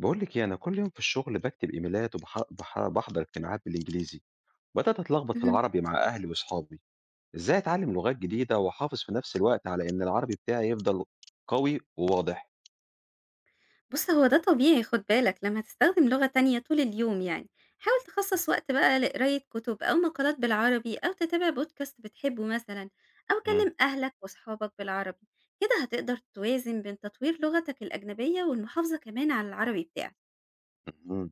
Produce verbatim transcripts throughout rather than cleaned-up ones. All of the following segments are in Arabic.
بقول لك ايه انا كل يوم في الشغل بكتب ايميلات وبحضر اجتماعات بالانجليزي. بدات اتلخبط في اهم. العربي مع اهلي واصحابي. ازاي اتعلم لغات جديده واحافظ في نفس الوقت على ان العربي بتاعي يفضل قوي وواضح. بُص هو ده طبيعي خُد بالك لمّا تستخدم لغة تانية طول اليوم يعني، حاول تخصّص وقت بقى لقراية كُتب أو مقالات بالعربي أو تتابع podcast بتحبه مثلًا، أو مم. كلّم أهلك وأصحابك بالعربي، كده هتقدر توازن بين تطوير لغتك الأجنبية والمحافظة كمان على العربي بتاعك. مم.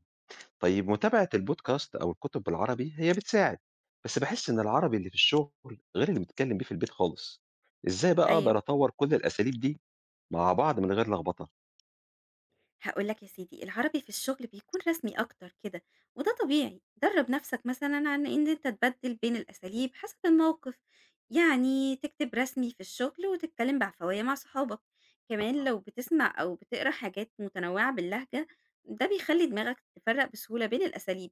طيب متابعه البودكاست او الكتب بالعربي هي بتساعد، بس بحس ان العربي اللي في الشغل غير اللي بتكلم بيه في البيت خالص. ازاي بقى اقدر أيوه. اطور كل الاساليب دي مع بعض من غير لخبطه. هاقول لك يا سيدي، العربي في الشغل بيكون رسمي أكتر كده، وده طبيعي، درّب نفْسك مثلًا عن إن أنت تبدّل بين الأساليب حسب الموقف، يعني تكتب رسمي في الشغل وتتكلم بعفوية مع صحابك، كمان لو بتسمع أو بتقرا حاجات متنوعة باللهجة، ده بيخلّي دماغك تفرّق بسهولة بين الأساليب.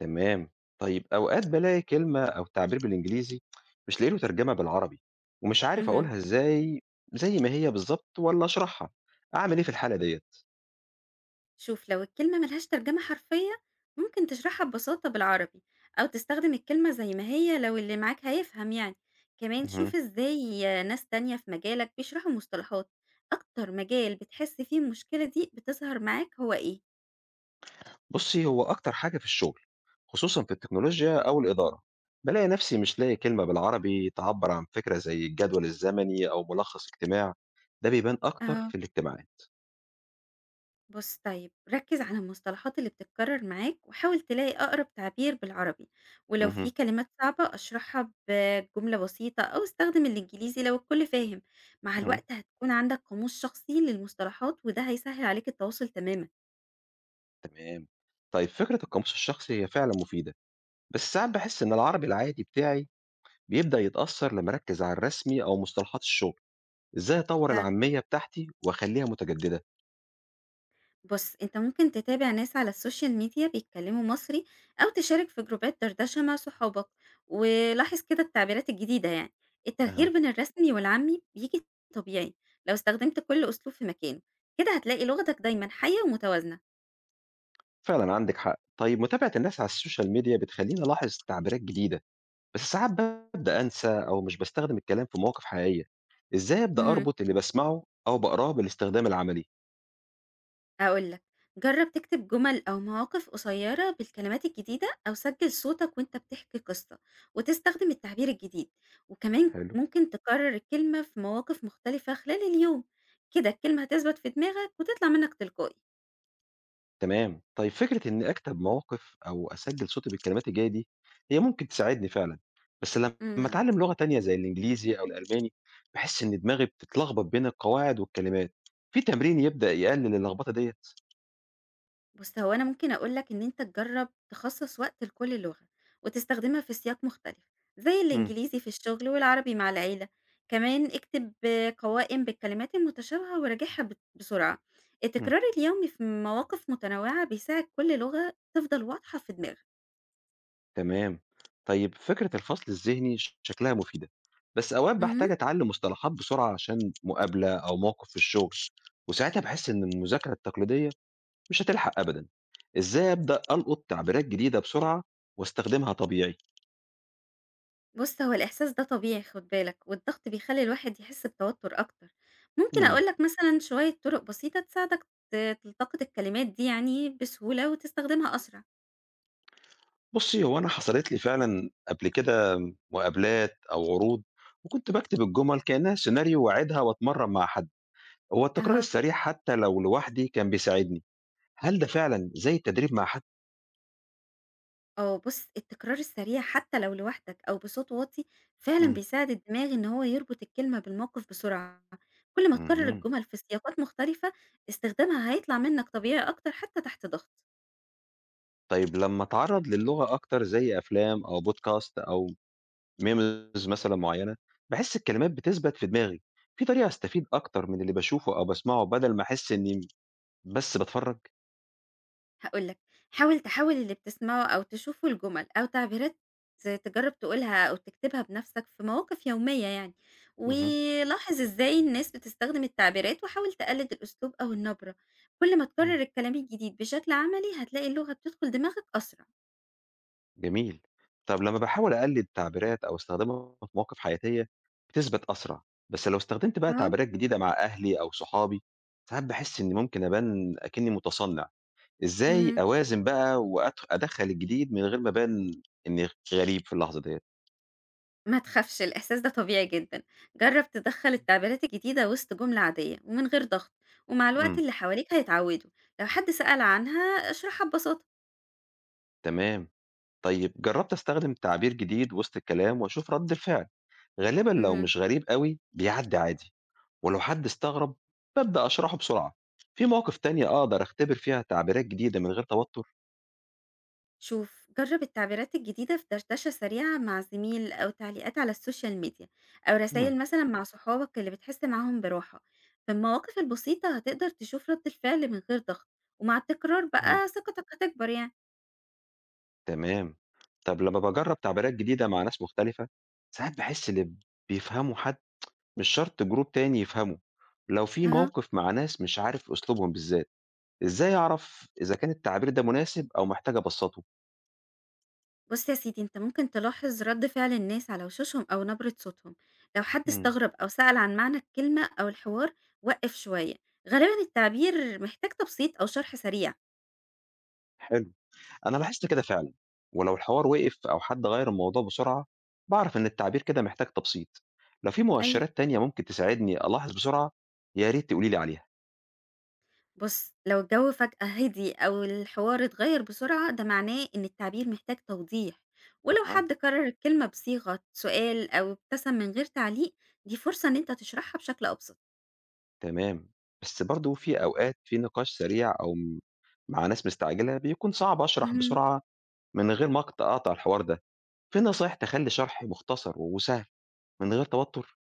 تمام. طيب أوقات بالاقي كلمة أو تعبير بالإنجليزي مش لاقي له ترجمة بالعربي ومش عارف اهم. أقولها إزاي، زي ما هي بالظبط ولا أشرحها. أعمل إيه في الحالة ديّة؟ شوف لو الكلمة ملهاش ترجمة حرفية ممكن تشرحها ببساطة بالعربي أو تستخدم الكلمة زي ما هي لو اللي معاك هيفهم يعني كمان اهم. شوف ازاي ناس تانية في مجالك بيشرحوا مصطلحات. أكتر مجال بتحس فيه المشكلة دي بتظهر معاك هو ايه؟ بُصّي، هو أكتر حاجة في الشغل، خصوصًا في التكنولوجيا أو الإدارة، بالاقي نفسي مش لاقي كلمة بالعربي تعبّر عن فكرة زي الجدول الزمني أو ملخص اجتماع، ده بيبان أكتر في الاجتماعات. بُص طيب، ركّز على المصطلحات اللي بتتكرر معاك، وحاول تلاقي أقرب تعبير بالعربي، ولو في اهم، كلمات صعبة اشرحها بجملة بسيطة أو استخدم الإنجليزي لو الكل فاهم، مع إمم. الوقت هتكون عندك قاموس شخصي للمصطلحات وده هيسهل عليك التواصل تمامًا. تمام. طيب فكرة القاموس الشخصي هي فعلًا مفيدة، بس ساعات باحس إن العربي العادي بتاعي بيبدأ يتأثر لما أركز على الرسمي أو مصطلحات الشغل. إزاي أطور فعلًا. العامية بتاعتي وأخليها متجددة؟ بُص، أنت ممكن تتابع ناس على السوشيال ميديا بيتكلموا مصري أو تشارك في جروبات دردشة مع صحابك، ولاحظ كده التعبيرات الجديدة يعني. أها. التغيير بين الرسمي والعامي بييجي طبيعي لو استخدمت كل أسلوب في مكانه، كده هتلاقي لغتك دايمًا حية ومتوازنة. فعلا عندك حق. طيب متابعة الناس على السوشيال ميديا بتخليني ألاحظ تعبيرات جديدة، بس ساعات ببدأ أنسى أو مش بستخدم الكلام في مواقف حقيقية. إزاي أبدأ اهم. أربط اللي بسمعه أو بقراه بالاستخدام العملي؟ هاقول لك، جرّب تكتب جُمل أو مواقف قصيّرة بالكلمات الجديدة أو سجّل صوتك وأنت بتحكي قصّة وتستخدم التعبير الجديد، وكمان حلو. ممكن تكرّر الكلمة في مواقف مختلفة خلال اليوم، كده الكلمة هتثبت في دماغك وتطلع منّك تلقائي. تمام. طيب فكرة إنّي أكتب مواقف أو أسجّل صوتي بالكلمات الجاية دي، هي ممكن تساعدني فعلًا، بس لمّا إمم. أتعلّم لغة تانية زي الإنجليزي أو الألماني، باحس إن دماغي بتتلخبط بين القواعد والكلمات. في تمرين يبدأ يقلل اللخبطة ديّة؟ بُص، هو أنا ممكن أقول لك إن أنت تجرّب تخصّص وقت لكل لغة، وتستخدمها في سياق مختلف، زي إمم، الإنجليزي في الشغل والعربي مع العيلة، كمان اكتب قوائم بالكلمات المتشابهة وراجعها ب بسرعة، إمم. التكرار اليومي في مواقف متنوعة بيساعد كل لغة تفضل واضحة في دماغك. تمام. طيب فكرة الفصل الذهني ش شكلها مفيدة، بس أوقات باحتاج اهم. أتعلّم مصطلحات بسرعة عشان مقابلة أو موقف في الشغل، وساعتها باحس إن المذاكرة التقليدية مش هتلحق أبدًا. إزاي أبدأ ألقُط تعبيرات جديدة بسرعة واستخدمها طبيعي؟ بُص، هو الإحساس ده طبيعي خُد بالك، والضغط بيخلّي الواحد يحس بتوتر أكتر. ممكن إمم. أقول لك مثلًا شوية طُرق بسيطة تساعدك ت تلتقط الكلمات دي يعني بسهولة وتستخدمها أسرع. بُصّي، هو أنا حصلت لي فعلًا قبل كده مقابلات أو عروض وكنت باكتب الجُمل كإنّها سيناريو وأعيدها وأتمرّن مع حد. هو التكرار أهو. السريع حتى لو لوحدي كان بيساعدني. هل ده فعلًا زي التدريب مع حد؟ آه، بُص التكرار السريع حتى لو لوحدك أو بصوت واطي فعلًا إمم. بيساعد الدماغ إن هو يربط الكلمة بالموقف بسرعة، كل ما تكرر اهم. الجمل في سياقات مختلفة استخدامها هيطلع منك طبيعي أكتر حتى تحت ضغط. طيب لمّا أتعرّض للغة أكتر زي أفلام أو podcast أو memes مثلًا معيّنة، باحس الكلمات بتثبت في دماغي. في طريقة أستفيد أكتر من اللي باشوفه أو باسمعه بدل ما أحس إني بس باتفرّج؟ هاقول لك حاول تحول اللي بتسمعه أو تشوفه لجمل أو تعبيرات تجرب تقولها أو تكتبها بنفسك في مواقف يومية يعني، اهم، ولاحظ إزاي الناس بتستخدم التعبيرات وحاول تقلد الأسلوب أو النبرة، كل ما إمم. تكرر الكلام الجديد بشكل عملي هتلاقي اللغة بتدخل دماغك أسرع. جميل. طب لمّا باحاول أقلد تعبيرات أو أستخدمها في مواقف حياتية بتثبت أسرع، بس لو استخدمت بقى أهو، تعبيرات جديدة مع أهلي أو صحابي، ساعات باحس إني ممكن أبان أكني متصنع. إزاي اهم. أوازن بقى وأدخ أدخّل الجديد من غير ما أبان إني غريب في اللحظة ديّة؟ ما تخافش الإحساس ده طبيعي جدًا، جرّب تدخّل التعبيرات الجديدة وسط جملة عادية ومن غير ضغط، ومع الوقت إمم، اللي حواليك هيتعودوا، لو حد سأل عنها اشرحها ببساطة. تمام. طيب جربت استخدم تعبير جديد وسط الكلام واشوف رد الفعل، غالبا لو اهم. مش غريب قوي بيعدي عادي، ولو حد استغرب ببدأ اشرحه بسرعة. في مواقف تانية اقدر اختبر فيها تعبيرات جديدة من غير توتر؟ شوف، جرّب التعبيرات الجديدة في دردشة سريعة مع زميل أو تعليقات على السوشيال ميديا أو مم. رسايل مثلًا مع صحابك اللي بتحس معاهم براحة، في المواقف البسيطة هتقدر تشوف رد الفعل من غير ضغط، ومع التكرار مم. بقى ثقتك هتكبر يعني. تمام. طب لما بجرب تعبيرات جديدة مع ناس مختلفة ساعات بحس اللي بيفهموا حد مش شرط جروب تاني يفهمه. لو في أها. موقف مع ناس مش عارف اسلوبهم بالذات، ازاي اعرف اذا كان التعبير ده مناسب او محتاج ابسطه؟ بُص يا سيدي، أنت ممكن تلاحظ رد فعل الناس على وشوشهم أو نبرة صوتهم، لو حد مم. استغرب أو سأل عن معنى الكلمة أو الحوار وقّف شوية، غالبًا التعبير محتاج تبسيط أو شرح سريع. حلو. أنا لاحظت كده فعلًا، ولو الحوار وقف أو حد غيّر الموضوع بسرعة، باعرف إن التعبير كده محتاج تبسيط. لو في أيوه، مؤشرات تانية ممكن تساعدني ألاحظ بسرعة، يا ريت تقولي لي عليها. بُص لو الجو فجأة هدي أو الحوار اتغير بسرعة ده معناه إن التعبير محتاج توضيح، ولو أها. حد كرر الكلمة بصيغة سؤال أو ابتسم من غير تعليق، دي فرصة إن أنت تشرحها بشكل أبسط. تمام، بس برضه في أوقات في نقاش سريع أو م مع ناس مستعجلة بيكون صعب أشرح اهم. بسرعة من غير ما أقط أقطع الحوار ده. في نصايح تخلّي شرحي مختصر وسهل من غير توتر؟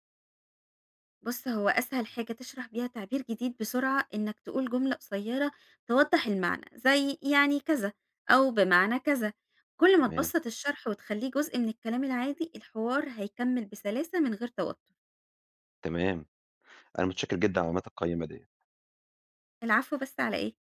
بُص، هو أسهل حاجة تشرح بيها تعبير جديد بسرعة إنك تقول جملة قصيرة توضّح المعنى، زي يعني كذا أو بمعنى كذا. كل ما تمام، تبسّط الشرح وتخلّيه جزء من الكلام العادي، الحوار هيكمّل بسلاسة من غير توتر. تمام. أنا متشكر جدًا على المعلومات القيّمة ديّة. العفو، بس على إيه؟